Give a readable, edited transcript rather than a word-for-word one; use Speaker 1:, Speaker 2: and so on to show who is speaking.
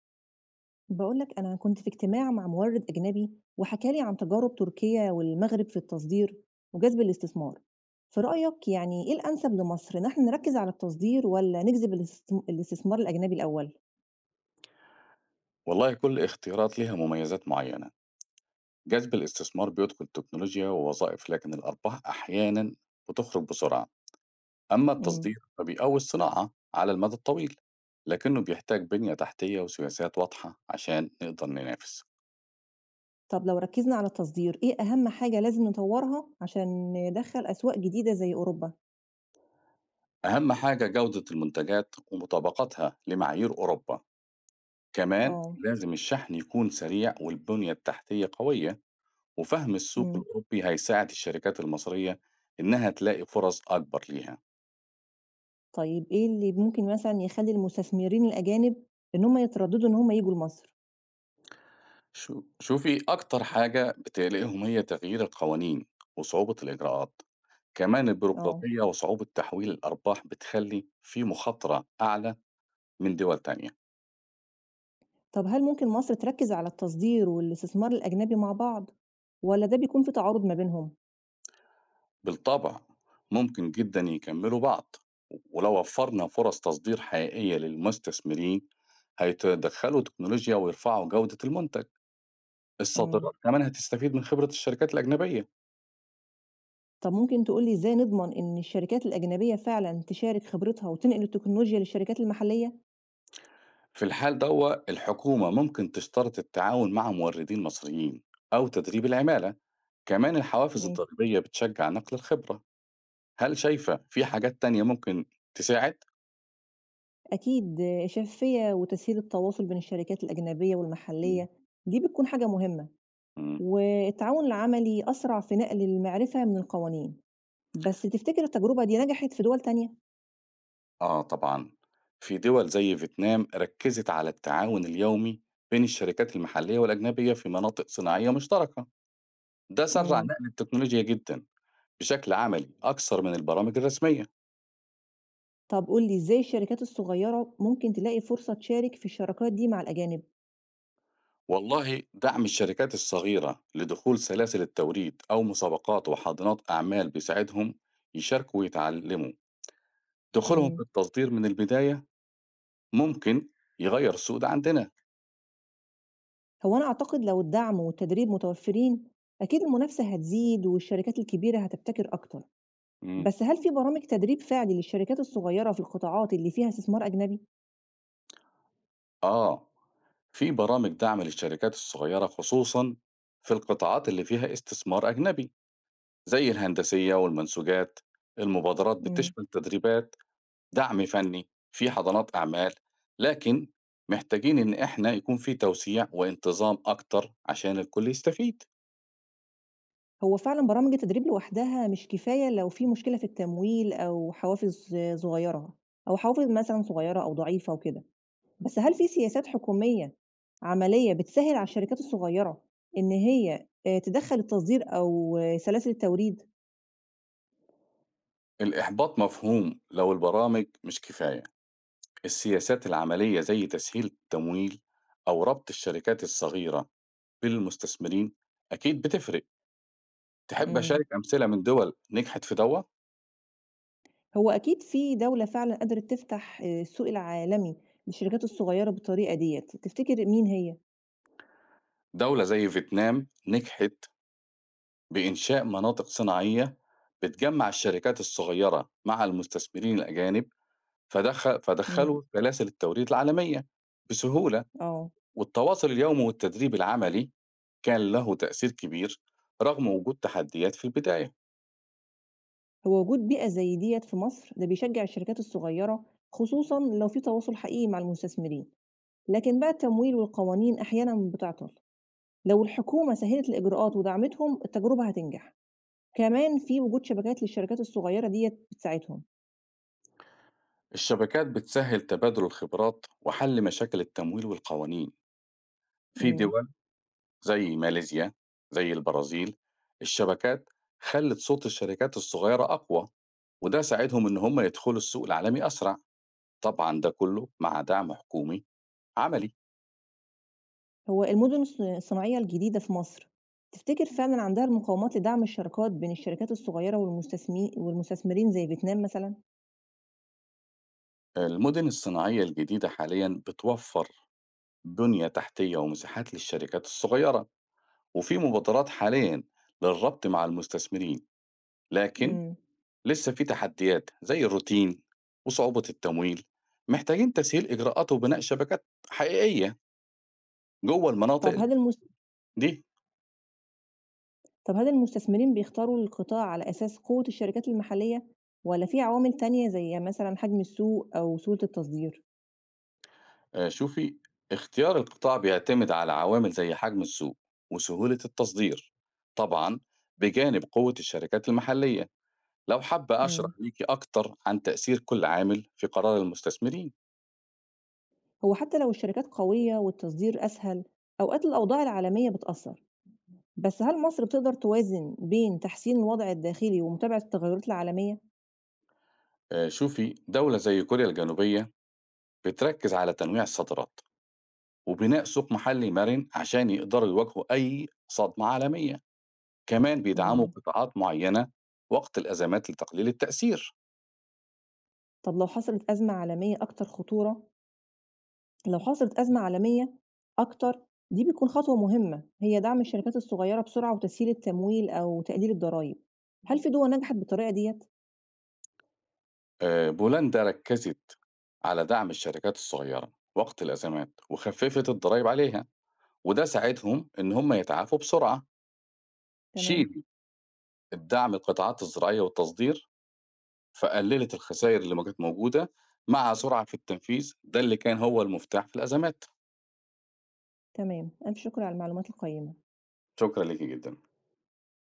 Speaker 1: بقولك أنا كنت في اجتماع مع مورد أجنبي، وحكى لي عن تجارب تركيا والمغرب في التصدير وجذب الاستثمار. في رأيك يعني إيه الأنسب لمصر؟ إن إحنا نركز على التصدير ولا نجذب الاستثمار الأجنبي الأول؟
Speaker 2: والله كل اختيارات لها مميزات معينة. جذب الاستثمار بيدخل تكنولوجيا ووظائف، لكن الأرباح أحيانا بتخرج بسرعة. أما
Speaker 1: مم.
Speaker 2: التصدير فبيقوي الصناعة على المدى الطويل، لكنه بيحتاج بنية تحتية وسياسات واضحة عشان نقدر ننافس.
Speaker 1: طب لو ركزنا على التصدير إيه أهم حاجة لازم نطورها عشان ندخل أسواق جديدة زي أوروبا؟
Speaker 2: أهم حاجة جودة المنتجات ومطابقتها لمعايير أوروبا، كمان
Speaker 1: آه.
Speaker 2: لازم الشحن يكون سريع والبنية التحتية قوية، وفهم السوق
Speaker 1: مم.
Speaker 2: الأوروبي هيساعد الشركات المصرية إنها تلاقي فرص أكبر ليها.
Speaker 1: طيب إيه اللي ممكن مثلا يخلي المستثمرين الأجانب إن هم يترددوا إن هم يجوا لمصر؟
Speaker 2: شوفي، أكتر حاجة بتقلقهم هي تغيير القوانين وصعوبة الإجراءات، كمان
Speaker 1: آه.
Speaker 2: البيروقراطية وصعوبة تحويل الأرباح بتخلي في مخاطرة أعلى من دول تانية.
Speaker 1: طب هل ممكن مصر تركّز على التصدير والاستثمار الأجنبي مع بعض، والّا ده بيكون في تعارض ما بينهم؟
Speaker 2: بالطبع ممكن جدا يكملوا بعض، ولو وفرنا فرص تصدير حقيقية للمستثمرين هيتدخلوا تكنولوجيا ويرفعوا جودة المنتج،
Speaker 1: إمم.
Speaker 2: الصادرات كمان هتستفيد من خبرة الشركات الأجنبية.
Speaker 1: طب ممكن تقول لي إزاي نضمن إن الشركات الأجنبية فعلًا تشارك خبرتها وتنقل التكنولوجيا للشركات المحلية؟
Speaker 2: في الحال دوا الحكومة ممكن تشترط التعاون مع موردين مصريين أو تدريب العمالة، كمان الحوافز
Speaker 1: ماشي.
Speaker 2: الضريبية بتشجّع نقل الخبرة، هل شايفة في حاجات تانية ممكن تساعد؟
Speaker 1: أكيد، آه، الشفافية وتسهيل التواصل بين الشركات الأجنبية
Speaker 2: إمم.
Speaker 1: والمحلية دي بتكون حاجة مهمة،
Speaker 2: إمم،
Speaker 1: والتعاون العملي أسرع في نقل المعرفة من القوانين. بس تفتكر التجربة دي نجحت في دول تانية؟
Speaker 2: آه طبعًا، في دول زي فيتنام ركّزت على التعاون اليومي بين الشركات المحلية والأجنبية في مناطق صناعية مشتركة، ده سرّع
Speaker 1: إمم.
Speaker 2: نقل التكنولوجيا جدًا بشكل عملي أكثر من البرامج الرسمية.
Speaker 1: طب قُل لي إزاي الشركات الصغيرة ممكن تلاقي فرصة تشارك في الشراكات دي مع الأجانب؟
Speaker 2: والله دعم الشركات الصغيرة لدخول سلاسل التوريد أو مسابقات وحاضنات أعمال بيساعدهم يشاركوا ويتعلموا، دخولهم في
Speaker 1: إمم.
Speaker 2: التصدير من البداية ممكن يغير السوق ده عندنا.
Speaker 1: هو أنا أعتقد لو الدعم والتدريب متوفرين، أكيد المنافسة هتزيد والشركات الكبيرة هتبتكر أكتر.
Speaker 2: إمم.
Speaker 1: بس هل في برامج تدريب فعلي للشركات الصغيرة في القطاعات اللي فيها استثمار أجنبي؟
Speaker 2: آه، في برامج دعم للشركات الصغيرة خصوصًا في القطاعات اللي فيها استثمار أجنبي، زي الهندسية والمنسوجات، المبادرات
Speaker 1: إمم.
Speaker 2: بتشمل تدريبات، دعم فني، في حضانات أعمال، لكن محتاجين إن إحنا يكون في توسيع وانتظام أكتر عشان الكل يستفيد.
Speaker 1: هو فعلًا برامج التدريب لوحدها مش كفاية لو في مشكلة في التمويل أو حوافز صغيرة أو حوافز مثلًا صغيرة أو ضعيفة وكده. بس هل في سياسات حكومية عملية بتسهل على الشركات الصغيرة إن هي تدخّل التصدير أو سلاسل التوريد؟
Speaker 2: الإحباط مفهوم لو البرامج مش كفاية. السياسات العملية زي تسهيل التمويل أو ربط الشركات الصغيرة بين المستثمرين أكيد بتفرق، تحب
Speaker 1: إمم.
Speaker 2: أشارك أمثلة من دول نجحت في دوّة؟
Speaker 1: هو أكيد في دولة فعلًا قدرت تفتح السوق العالمي للشركات الصغيرة بالطريقة ديّة. تفتكر مين هي؟
Speaker 2: دولة زي فيتنام نجحت بإنشاء مناطق صناعية بتجمّع الشركات الصغيرة مع المستثمرين الأجانب، فدخ
Speaker 1: إمم.
Speaker 2: فدخّلوا سلاسل التوريد العالمية بسهولة،
Speaker 1: آه.
Speaker 2: والتواصل اليومي والتدريب العملي كان له تأثير كبير رغم وجود تحديات في البداية.
Speaker 1: هو وجود بيئة زي ديّة في مصر ده بيشجّع الشركات الصغيرة، خصوصًا لو في تواصل حقيقي مع المستثمرين، لكن بقى التمويل والقوانين أحيانًا بتعطل. لو الحكومة سهّلت الإجراءات ودعمتهم التجربة هتنجح. كمان في وجود شبكات للشركات الصغيرة ديّة بتساعدهم.
Speaker 2: الشبكات بتسهّل تبادل الخبرات وحل مشاكل التمويل والقوانين، في
Speaker 1: إمم.
Speaker 2: دول زي ماليزيا، زي البرازيل، الشبكات خلّت صوت الشركات الصغيرة أقوى، وده ساعدهم إن هم يدخلوا السوق العالمي أسرع، طبعًا ده كله مع دعم حكومي عملي.
Speaker 1: هو المدن الصناعية الجديدة في مصر، تفتكر فعلًا عندها المقومات لدعم الشراكات بين الشركات الصغيرة والمستثمرين زي فيتنام مثلًا؟
Speaker 2: المدن الصناعية الجديدة حاليًا بتوفر بنية تحتية ومساحات للشركات الصغيرة، وفي مبادرات حاليًا للربط مع المستثمرين، لكن
Speaker 1: إمم.
Speaker 2: لسه في تحديات زي الروتين وصعوبة التمويل، محتاجين تسهيل إجراءات وبناء شبكات حقيقية جوه
Speaker 1: طَب
Speaker 2: المناطق
Speaker 1: هل المس
Speaker 2: دي.
Speaker 1: طَب هل المستثمرين بيختاروا القطاع على أساس قوة الشركات المحلية والّا في عوامل تانية زي مثلًا حجم السوق أو سهولة التصدير؟
Speaker 2: آه، شوفي، اختيار القطاع بيعتمد على عوامل زي حجم السوق وسهولة التصدير، طبعا بجانب قوة الشركات المحلية. لو حابة أشرح
Speaker 1: إمم.
Speaker 2: ليكي أكتر عن تأثير كل عامل في قرار المستثمرين.
Speaker 1: هو حتى لو الشركات قوية والتصدير أسهل، أوقات الأوضاع العالمية بتأثّر. بس هل مصر بتقدر توازن بين تحسين الوضع الداخلي ومتابعة التغيرات العالمية؟
Speaker 2: آه، شوفي، دولة زي كوريا الجنوبية بتركز على تنويع الصادرات وبناء سوق محلي مرن عشان يقدروا يواجهوا أي صدمة عالمية، كمان بيدعموا
Speaker 1: إمم.
Speaker 2: قطاعات معينة وقت الأزمات لتقليل التأثير.
Speaker 1: طب لو حصلت أزمة عالمية أكتر دي بتكون خطوة مهمة، هي دعم الشركات الصغيرة بسرعة وتسهيل التمويل أو تقليل الضرايب. هل في دول نجحت بالطريقة ديّة؟
Speaker 2: آه، بولندا ركزت على دعم الشركات الصغيرة وقت الأزمات وخففت الضرائب عليها وده ساعدهم إن هم يتعافوا بسرعة.
Speaker 1: تمام،
Speaker 2: شيلي، الدعم للقطاعات الزراعية والتصدير فقللت الخسائر اللي ما كانت موجودة، مع سرعة في التنفيذ ده اللي كان هو المفتاح في الأزمات.
Speaker 1: تمام. ألف شكر على المعلومات القيّمة.
Speaker 2: شكرا لك جدا.